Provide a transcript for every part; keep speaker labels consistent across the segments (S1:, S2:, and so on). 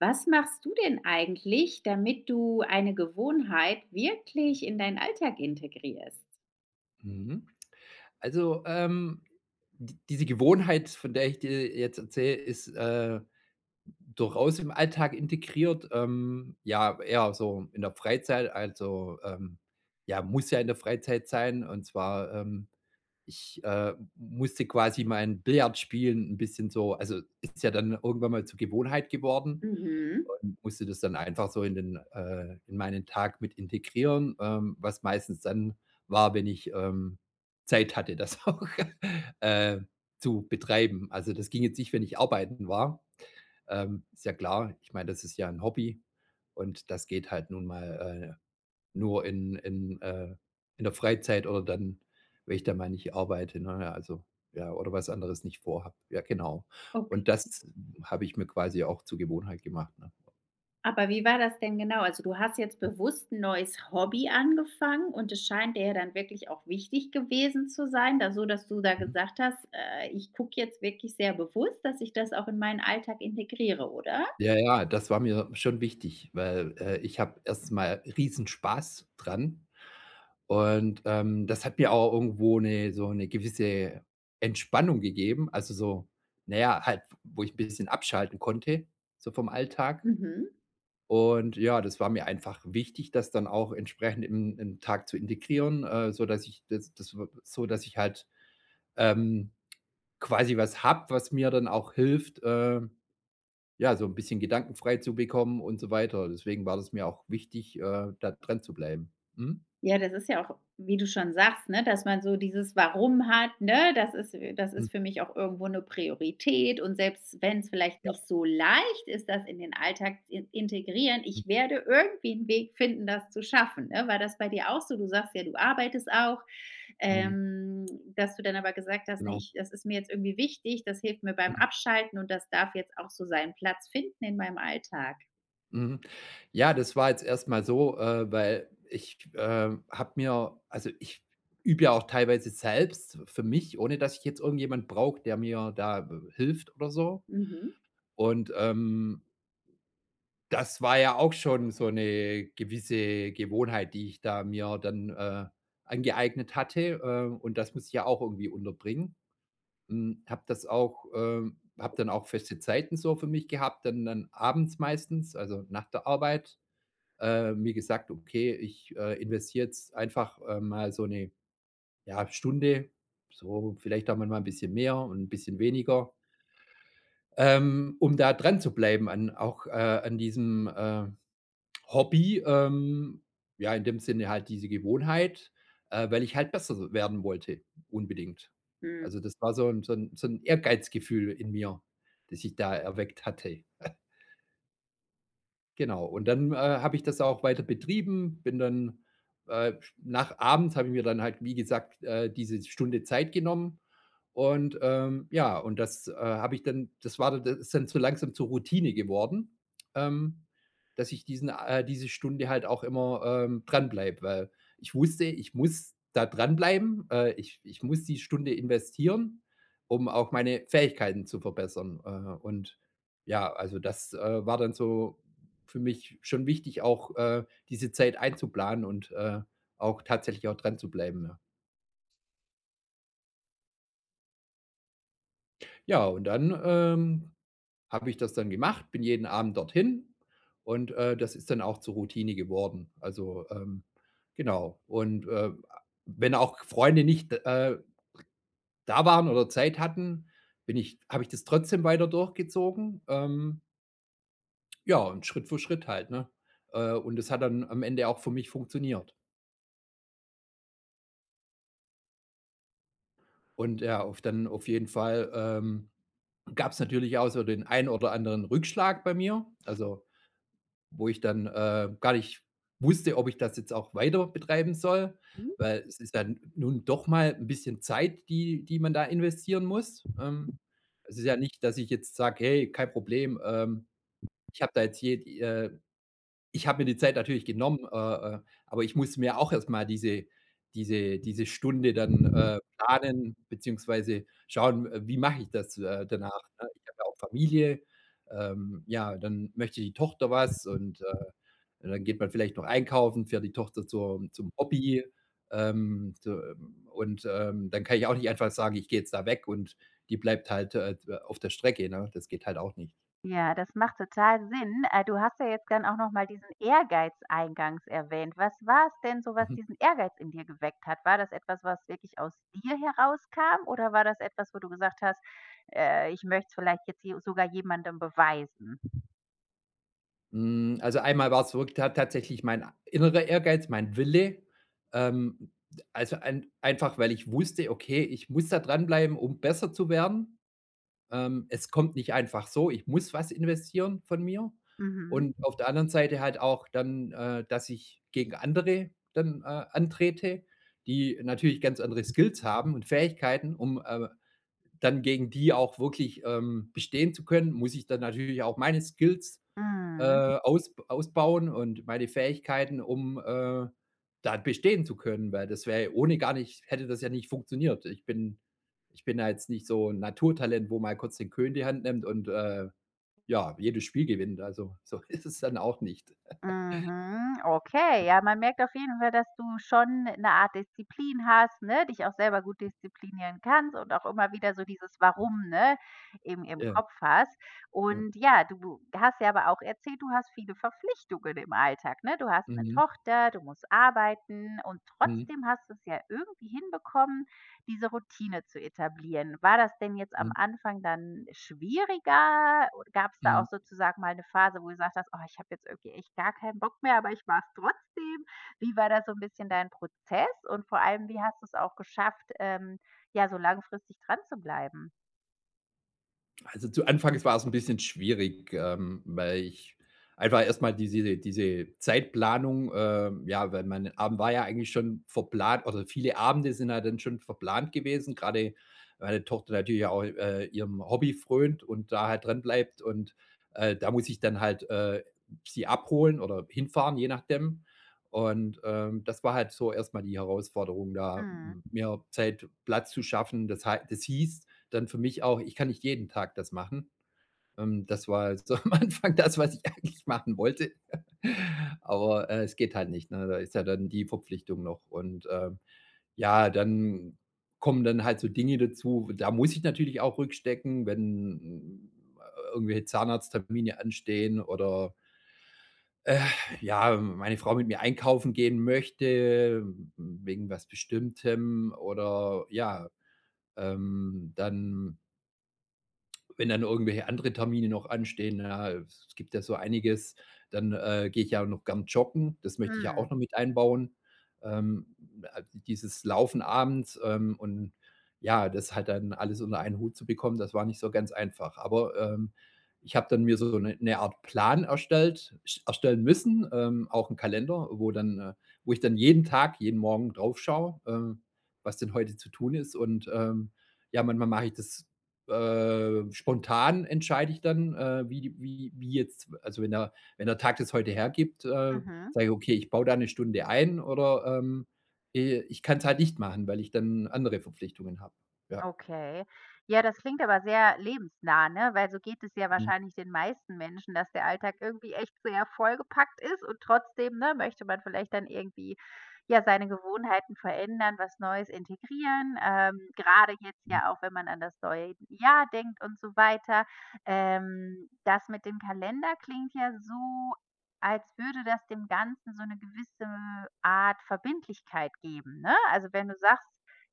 S1: Was machst du denn eigentlich, damit du eine Gewohnheit wirklich in deinen Alltag integrierst?
S2: Mhm. Also, d diese Gewohnheit, von der ich dir jetzt erzähle, ist, durchaus im Alltag integriert. Ja, eher so in der Freizeit, also, ja, muss ja in der Freizeit sein. Und zwar, ich, musste quasi mein Billard spielen, ein bisschen so also, ist ja dann irgendwann mal zur Gewohnheit geworden.
S1: Mhm.
S2: Und musste das dann einfach so in den in meinen Tag mit integrieren, was meistens dann war, wenn ich, Zeit hatte, das auch, äh, zu betreiben. Also, das ging jetzt nicht, wenn ich arbeiten war. Ist ja klar, ich meine, das ist ja ein Hobby und das geht halt nun mal, nur in der Freizeit oder dann, wenn ich da mal nicht arbeite, ne? Also, ja, oder was anderes nicht vorhabe. Ja, genau. Und
S1: Okay.
S2: das habe ich mir quasi auch zur Gewohnheit gemacht, ne?
S1: Aber wie war das denn genau? Also, du hast jetzt bewusst ein neues Hobby angefangen und es scheint dir ja dann wirklich auch wichtig gewesen zu sein, da so, dass du da
S2: Mhm.
S1: gesagt hast: Ich gucke jetzt wirklich sehr bewusst, dass ich das auch in meinen Alltag integriere", oder?
S2: Ja, ja, das war mir schon wichtig, weil, ich habe erstmal riesen Spaß dran und, das hat mir auch irgendwo eine so eine gewisse Entspannung gegeben, also so naja halt, wo ich ein bisschen abschalten konnte, so vom Alltag.
S1: Mhm.
S2: Und ja, das war mir einfach wichtig, das dann auch entsprechend im Tag zu integrieren, so dass ich das so dass ich halt, ähm, quasi was hab, was mir dann auch hilft, ja, so ein bisschen gedankenfrei zu bekommen und so weiter. Deswegen war das mir auch wichtig, da dran zu bleiben. Mhm.
S1: Ja, das ist ja auch, wie du schon sagst, ne, dass man so dieses Warum hat, ne, das ist das
S2: Mhm.
S1: ist für mich auch irgendwo eine Priorität und selbst wenn es vielleicht
S2: Ja.
S1: nicht so leicht ist, das in den Alltag zu in integrieren,
S2: Mhm.
S1: ich werde irgendwie einen Weg finden, das zu schaffen, ne? War das bei dir auch so? Du sagst ja, du arbeitest auch,
S2: Mhm.
S1: ähm, dass du dann aber gesagt hast: „Ne,
S2: Genau.
S1: ich das ist mir jetzt irgendwie wichtig, das hilft mir beim
S2: Mhm.
S1: Abschalten und das darf jetzt auch so seinen Platz finden in meinem Alltag."
S2: Mhm. Ja, das war jetzt erstmal so, weil ich, habe mir also, ich übe ja auch teilweise selbst für mich, ohne dass ich jetzt irgendjemand brauche, der mir da, hilft oder so.
S1: Mhm.
S2: Und, das war ja auch schon so 'ne gewisse Gewohnheit, die ich da mir dann, angeeignet hatte, und das muss ich ja auch irgendwie unterbringen. Habe das auch habe dann auch feste Zeiten so für mich gehabt, dann abends meistens, also nach der Arbeit, mir gesagt: „Okay, ich, investiere jetzt einfach, mal so 'ne, ja, Stunde, so vielleicht auch mal 'n bisschen mehr und 'n bisschen weniger“, um da dranzubleiben an auch, an diesem, Hobby, ja, in dem Sinne halt diese Gewohnheit, weil ich halt besser werden wollte, unbedingt.
S1: Mhm.
S2: Also, das war so 'n Ehrgeizgefühl in mir, das ich da erweckt hatte. Genau. Und dann, habe ich das auch weiter betrieben, bin dann, nach abends habe ich mir dann halt, wie gesagt, diese Stunde Zeit genommen und, ja, und das, habe ich dann das war dann das ist dann so langsam zur Routine geworden, ähm, dass ich diesen diese Stunde halt auch immer, dranbleibe, weil ich wusste, ich muss da dranbleiben. Ich muss die Stunde investieren, um auch meine Fähigkeiten zu verbessern. Und ja, also das, war dann so für mich schon wichtig, auch, diese Zeit einzuplanen und, auch tatsächlich auch dran zu bleiben, ja. Ja, und dann, habe ich das dann gemacht, bin jeden Abend dorthin und, das ist dann auch zur Routine geworden. Also, genau. Und, wenn auch Freunde nicht, da waren oder Zeit hatten, bin ich habe ich das trotzdem weiter durchgezogen. Ja, und Schritt für Schritt halt, ne? Und das hat dann am Ende auch für mich funktioniert. Und ja, auf jeden Fall, gab es natürlich auch so den einen oder anderen Rückschlag bei mir. Also, wo ich dann, gar nicht wusste, ob ich das jetzt auch weiter betreiben soll, weil es ist dann nun doch mal ein bisschen Zeit, die man da investieren muss. Es ist ja nicht, dass ich jetzt sage: „Hey, kein Problem, ich habe da jetzt je ich habe mir die Zeit natürlich genommen, aber ich muss mir auch erst mal diese Stunde dann, planen beziehungsweise schauen, wie mache ich das, danach, ne?“ Ich habe ja auch Familie, ja, dann möchte die Tochter was und, dann geht man vielleicht noch einkaufen, fährt die Tochter zur zum Hobby, zu und, dann kann ich auch nicht einfach sagen: „Ich gehe jetzt da weg“, und die bleibt halt, auf der Strecke, ne? Das geht halt auch nicht.
S1: Ja, das macht total Sinn. Du hast ja jetzt dann auch noch mal diesen Ehrgeiz eingangs erwähnt. Was war es denn so, was
S2: Mhm.
S1: diesen Ehrgeiz in dir geweckt hat? War das etwas, was wirklich aus dir herauskam oder war das etwas, wo du gesagt hast: Ich möchte es vielleicht jetzt je sogar jemandem beweisen?"
S2: Also, einmal war's wirk ta tatsächlich mein innerer Ehrgeiz, mein Wille, ähm, also, einfach, weil ich wusste: „Okay, ich muss da dranbleiben, um besser zu werden.“ es kommt nicht einfach so, ich muss was investieren von mir
S1: Mhm.
S2: und auf der anderen Seite halt auch dann, dass ich gegen andere dann, antrete, die natürlich ganz andere Skills haben und Fähigkeiten, dann gegen die auch wirklich, bestehen zu können, muss ich dann natürlich auch meine Skills,
S1: Mhm.
S2: ausbauen und meine Fähigkeiten, um, da bestehen zu können, weil das wäre ohne gar nicht hätte das ja nicht funktioniert. Ich bin da jetzt nicht so 'n Naturtalent, wo mal kurz den König in die Hand nimmt und, ja, jedes Spiel gewinnt. Also, so ist es dann auch nicht.
S1: Mhm, okay. Ja, man merkt auf jeden Fall, dass du schon eine Art Disziplin hast, ne, dich auch selber gut disziplinieren kannst und auch immer wieder so dieses Warum, ne, im
S2: Ja,
S1: Kopf hast.
S2: ja.
S1: Und ja, du hast ja aber auch erzählt, du hast viele Verpflichtungen im Alltag, ne? Du hast eine
S2: Mhm.
S1: Tochter, du musst arbeiten und
S2: Mhm.
S1: trotzdem hast du es ja irgendwie hinbekommen, diese Routine zu etablieren. War das denn jetzt am
S2: Mhm.
S1: Anfang dann schwieriger? Gab es da
S2: Mhm.
S1: auch sozusagen mal eine Phase, wo du gesagt hast: „Oh, ich habe jetzt irgendwie echt gar keinen Bock mehr, aber ich mache es trotzdem." Wie war da so ein bisschen dein Prozess und vor allem, wie hast du es auch geschafft, ja, so langfristig dranzubleiben?
S2: Also, zu Anfangs war es ein bisschen schwierig, weil ich einfach erstmal diese Zeitplanung, ja, weil mein Abend war ja eigentlich schon verplant oder viele Abende sind ja dann schon verplant gewesen, gerade meine Tochter natürlich auch, ihrem Hobby frönt und da halt dran bleibt und, da muss ich dann halt, sie abholen oder hinfahren, je nachdem. Und, das war halt so erstmal die Herausforderung, da
S1: Mhm.
S2: m mir Zeit Platz zu schaffen. Das hieß dann für mich auch, ich kann nicht jeden Tag das machen. Das war so am Anfang das, was ich eigentlich machen wollte. Aber es geht halt nicht. Ne? Da ist ja dann die Verpflichtung noch. Und ja, dann kommen dann halt so Dinge dazu. Da muss ich natürlich auch rückstecken, wenn irgendwelche Zahnarzttermine anstehen oder ja, meine Frau mit mir einkaufen gehen möchte, wegen was Bestimmtem oder ja, dann wenn dann irgendwelche andere Termine noch anstehen, na, es gibt ja so einiges, dann, gehe ich ja noch gern joggen. Das möchte ich ja auch
S1: Mhm.
S2: noch mit einbauen. Ähm, a dieses Laufen abends, und ja, das halt dann alles unter einen Hut zu bekommen, das war nicht so ganz einfach. Aber, ich habe dann mir so eine 'ne Art Plan erstellt sch erstellen müssen, auch 'n Kalender, wo ich dann jeden Tag, jeden Morgen drauf schaue, was denn heute zu tun ist und, ja, manchmal mache ich das spontan entscheide ich dann, wie jetzt also wenn der Tag das heute hergibt,
S1: Mhm.
S2: sage ich: „Okay, ich baue da eine Stunde ein“ oder, ich kann's halt nicht machen, weil ich dann andere Verpflichtungen habe. Ja.
S1: Okay. Ja, das klingt aber sehr lebensnah, ne? Weil so geht es ja
S2: Mhm.
S1: wahrscheinlich den meisten Menschen, dass der Alltag irgendwie echt sehr vollgepackt ist und trotzdem, ne, möchte man vielleicht dann irgendwie, ja, seine Gewohnheiten verändern, was Neues integrieren. Gerade jetzt
S2: Mhm.
S1: ja auch, wenn man an das neue Jahr denkt und so weiter. Das mit dem Kalender klingt ja so, als würde das dem Ganzen so eine gewisse Art Verbindlichkeit geben, ne? Also, wenn du sagst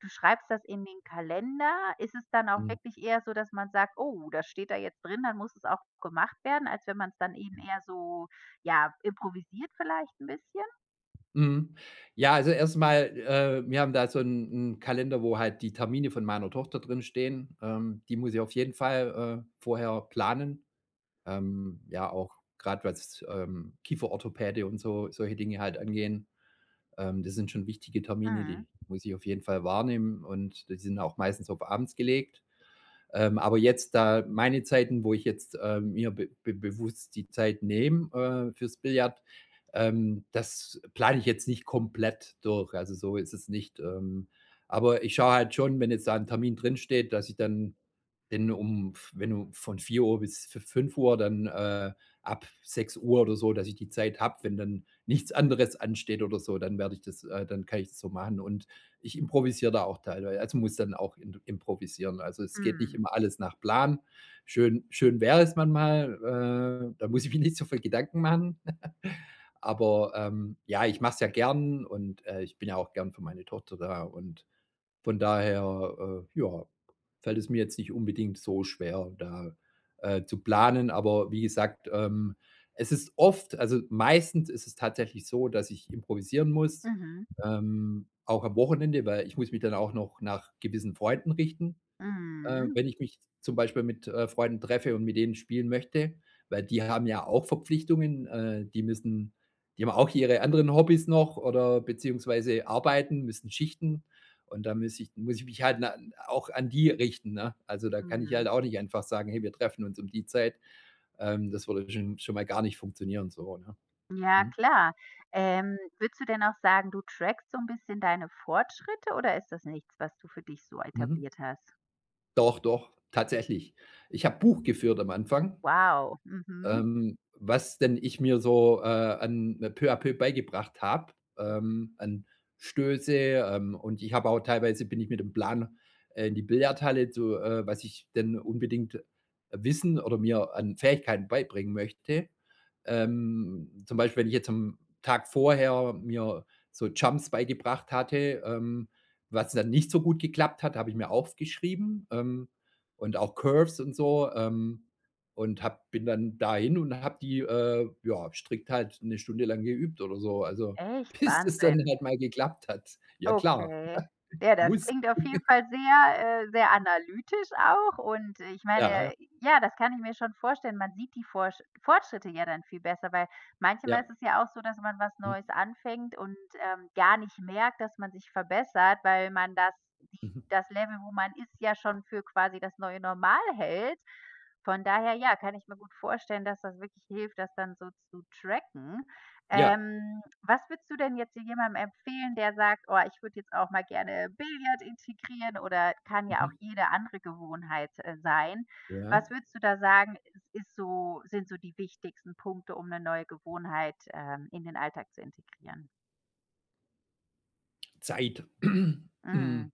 S1: Du schreibst das in den Kalender? Ist es dann auch
S2: Mhm.
S1: wirklich eher so, dass man sagt: „Oh, das steht da jetzt drin, dann muss es auch gemacht werden", als wenn man es dann eben eher so, ja, improvisiert vielleicht ein bisschen?
S2: Mhm. Ja, also erstmal, wir haben da so einen 'n Kalender, wo halt die Termine von meiner Tochter drinstehen. Die muss ich auf jeden Fall, vorher planen. Ja, auch gerade was, Kieferorthopäde und so solche Dinge halt angehen. Das sind schon wichtige Termine,
S1: Mhm.
S2: die muss ich auf jeden Fall wahrnehmen und die sind auch meistens auf abends gelegt. Aber jetzt, da meine Zeiten, wo ich jetzt mir be be bewusst die Zeit nehme, fürs Billard, das plane ich jetzt nicht komplett durch. Also so ist es nicht. Aber ich schaue halt schon, wenn jetzt da ein Termin drinsteht, dass ich dann wenn du von 4 Uhr bis 5 Uhr, dann ab 6 Uhr oder so, dass ich die Zeit habe, wenn dann nichts anderes ansteht oder so, dann werde ich das, dann kann ich das so machen. Und ich improvisiere da auch teilweise, also muss dann auch in improvisieren. Also, es geht nicht
S1: Mhm.
S2: immer alles nach Plan. Schön wäre es manchmal, da muss ich mir nicht so viel Gedanken machen. Aber, ja, ich mache es ja gern und, ich bin ja auch gern für meine Tochter da und von daher, ja, fällt es mir jetzt nicht unbedingt so schwer, da, zu planen. Aber wie gesagt, es ist oft also meistens ist es tatsächlich so, dass ich improvisieren muss,
S1: Mhm.
S2: auch am Wochenende, weil ich muss mich dann auch noch nach gewissen Freunden richten,
S1: Mhm.
S2: wenn ich mich zum Beispiel mit, Freunden treffe und mit denen spielen möchte, weil die haben ja auch Verpflichtungen, die haben auch ihre anderen Hobbys noch oder beziehungsweise arbeiten, müssen schichten und da muss ich mich halt auch an die richten, ne? Also, da kann ich
S1: Mhm.
S2: halt auch nicht einfach sagen: „Hey, wir treffen uns um die Zeit.“ das würde schon mal gar nicht funktionieren so, ne?
S1: Ja,
S2: Mhm.
S1: klar. Würdest du denn auch sagen, du trackst so ein bisschen deine Fortschritte oder ist das nichts, was du für dich so
S2: Mhm.
S1: etabliert hast?
S2: Doch, doch, tatsächlich. Ich habe Buch geführt am Anfang,
S1: Wow. Mhm.
S2: was denn ich mir so, an peu à peu beigebracht habe, an Stöße, und ich habe auch teilweise bin ich mit dem Plan, in die Billardhalle zu was ich denn unbedingt wissen oder mir an Fähigkeiten beibringen möchte. Zum Beispiel, wenn ich jetzt am Tag vorher mir so Jumps beigebracht hatte, was dann nicht so gut geklappt hat, habe ich mir aufgeschrieben, und auch Curves und so, und habe bin dann dahin und habe die, ja, strikt halt eine Stunde lang geübt oder so, also,
S1: Echt?
S2: bis es dann
S1: Wahnsinn.
S2: halt mal geklappt hat. Ja klar,
S1: Okay. Ja, das
S2: muss.
S1: klingt auf jeden Fall sehr, sehr analytisch auch und ich
S2: Ja, ja,
S1: meine, ja, das kann ich mir schon vorstellen. Man sieht die Forsch Fortschritte ja dann viel besser, weil manchmal
S2: ja.
S1: ist es ja auch so, dass man was Neues
S2: Mhm,
S1: anfängt und, gar nicht merkt, dass man sich verbessert, weil man die
S2: mhm.
S1: das Level, wo man ist, ja schon für quasi das neue Normal hält. Von daher, ja, kann ich mir gut vorstellen, dass das wirklich hilft, das dann so zu tracken.
S2: Ja,
S1: Was würdest du denn jetzt jemandem empfehlen, der sagt: „Oh, ich würde jetzt auch mal gerne Billard integrieren" oder kann ja auch
S2: mhm,
S1: jede andere Gewohnheit, sein.
S2: ja.
S1: Was würdest du da sagen, ist ist so sind so die wichtigsten Punkte, um eine neue Gewohnheit, in den Alltag zu integrieren?
S2: Zeit. Hm,
S1: Mhm.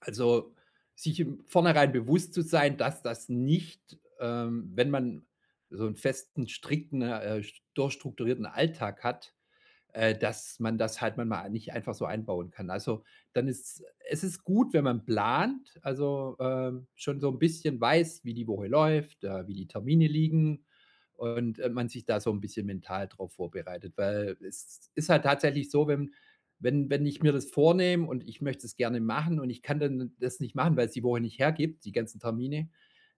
S2: also, sich im Vornherein bewusst zu sein, dass das nicht, wenn man so einen festen, strikten, durchstrukturierten Alltag hat, dass man das halt man mal nicht einfach so einbauen kann. Also, dann ist es ist gut, wenn man plant, also, schon so ein bisschen weiß, wie die Woche läuft, wie die Termine liegen und, man sich da so ein bisschen mental drauf vorbereitet, weil es ist halt tatsächlich so, wenn ich mir das vornehme und ich möchte es gerne machen und ich kann dann das nicht machen, weil's die Woche nicht hergibt, die ganzen Termine,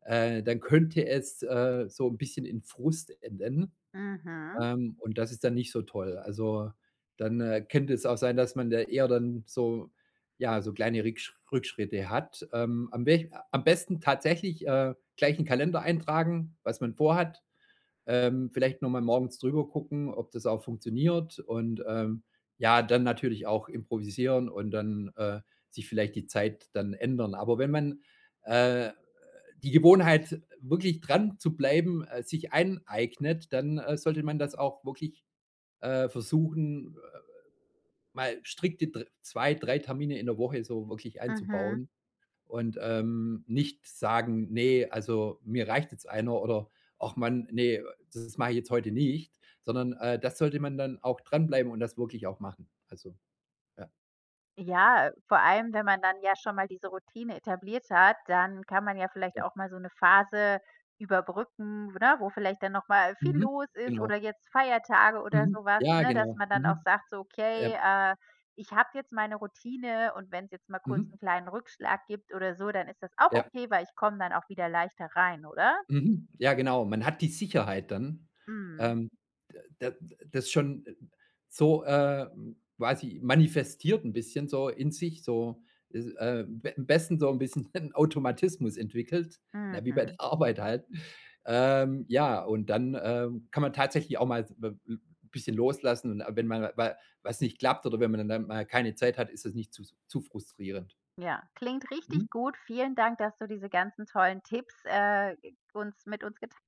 S2: dann könnte es, so ein bisschen in Frust enden.
S1: Mhm.
S2: Und das ist dann nicht so toll. Also, dann, könnte es auch sein, dass man da eher dann so ja, so kleine Rückschritte hat. Am besten tatsächlich, gleich 'n Kalender eintragen, was man vorhat. Vielleicht noch mal morgens drüber gucken, ob das auch funktioniert und, ja, dann natürlich auch improvisieren und dann, sich vielleicht die Zeit dann ändern. Aber wenn man, äh, die Gewohnheit, wirklich dran zu bleiben, sich eineignet, dann, sollte man das auch wirklich, versuchen, mal strikte dr 2, 3 Termine in der Woche so wirklich
S1: Mhm.
S2: einzubauen. Und, nicht sagen: „Nee, also, mir reicht jetzt einer“, oder: „Ach Mann, nee, das mache ich jetzt heute nicht“, sondern, das sollte man dann auch dranbleiben und das wirklich auch machen. Also, ja,
S1: Ja, vor allem, wenn man dann ja schon mal diese Routine etabliert hat, dann kann man ja vielleicht
S2: ja.
S1: auch mal so 'ne Phase überbrücken, ne, wo vielleicht dann noch mal viel
S2: Mhm.
S1: los ist
S2: Genau.
S1: oder jetzt Feiertage oder
S2: Mhm.
S1: so was,
S2: Ja,
S1: ne, dass
S2: genau.
S1: man dann auch
S2: Mhm.
S1: sagt so: „Okay,
S2: Ja.
S1: ich habe jetzt meine Routine und wenn's jetzt mal kurz
S2: Mhm.
S1: 'n kleinen Rückschlag gibt oder so, dann ist das auch
S2: Ja.
S1: okay, weil ich komme dann auch wieder leichter rein", oder?
S2: Mhm. Ja, genau. Man hat die Sicherheit dann.
S1: Mhm,
S2: Ähm, d d das schon so, quasi manifestiert ein bisschen so in sich, so, b am besten so ein bisschen 'n Automatismus entwickelt, na, wie bei
S1: mhm.
S2: der Arbeit halt. Ja, und dann, kann man tatsächlich auch mal ein bisschen loslassen und wenn mal wa was nicht klappt oder wenn man dann mal keine Zeit hat, ist das nicht zu frustrierend.
S1: Ja, klingt
S2: Mhm.
S1: richtig gut. Vielen Dank, dass du diese ganzen tollen Tipps, uns mit uns geteilt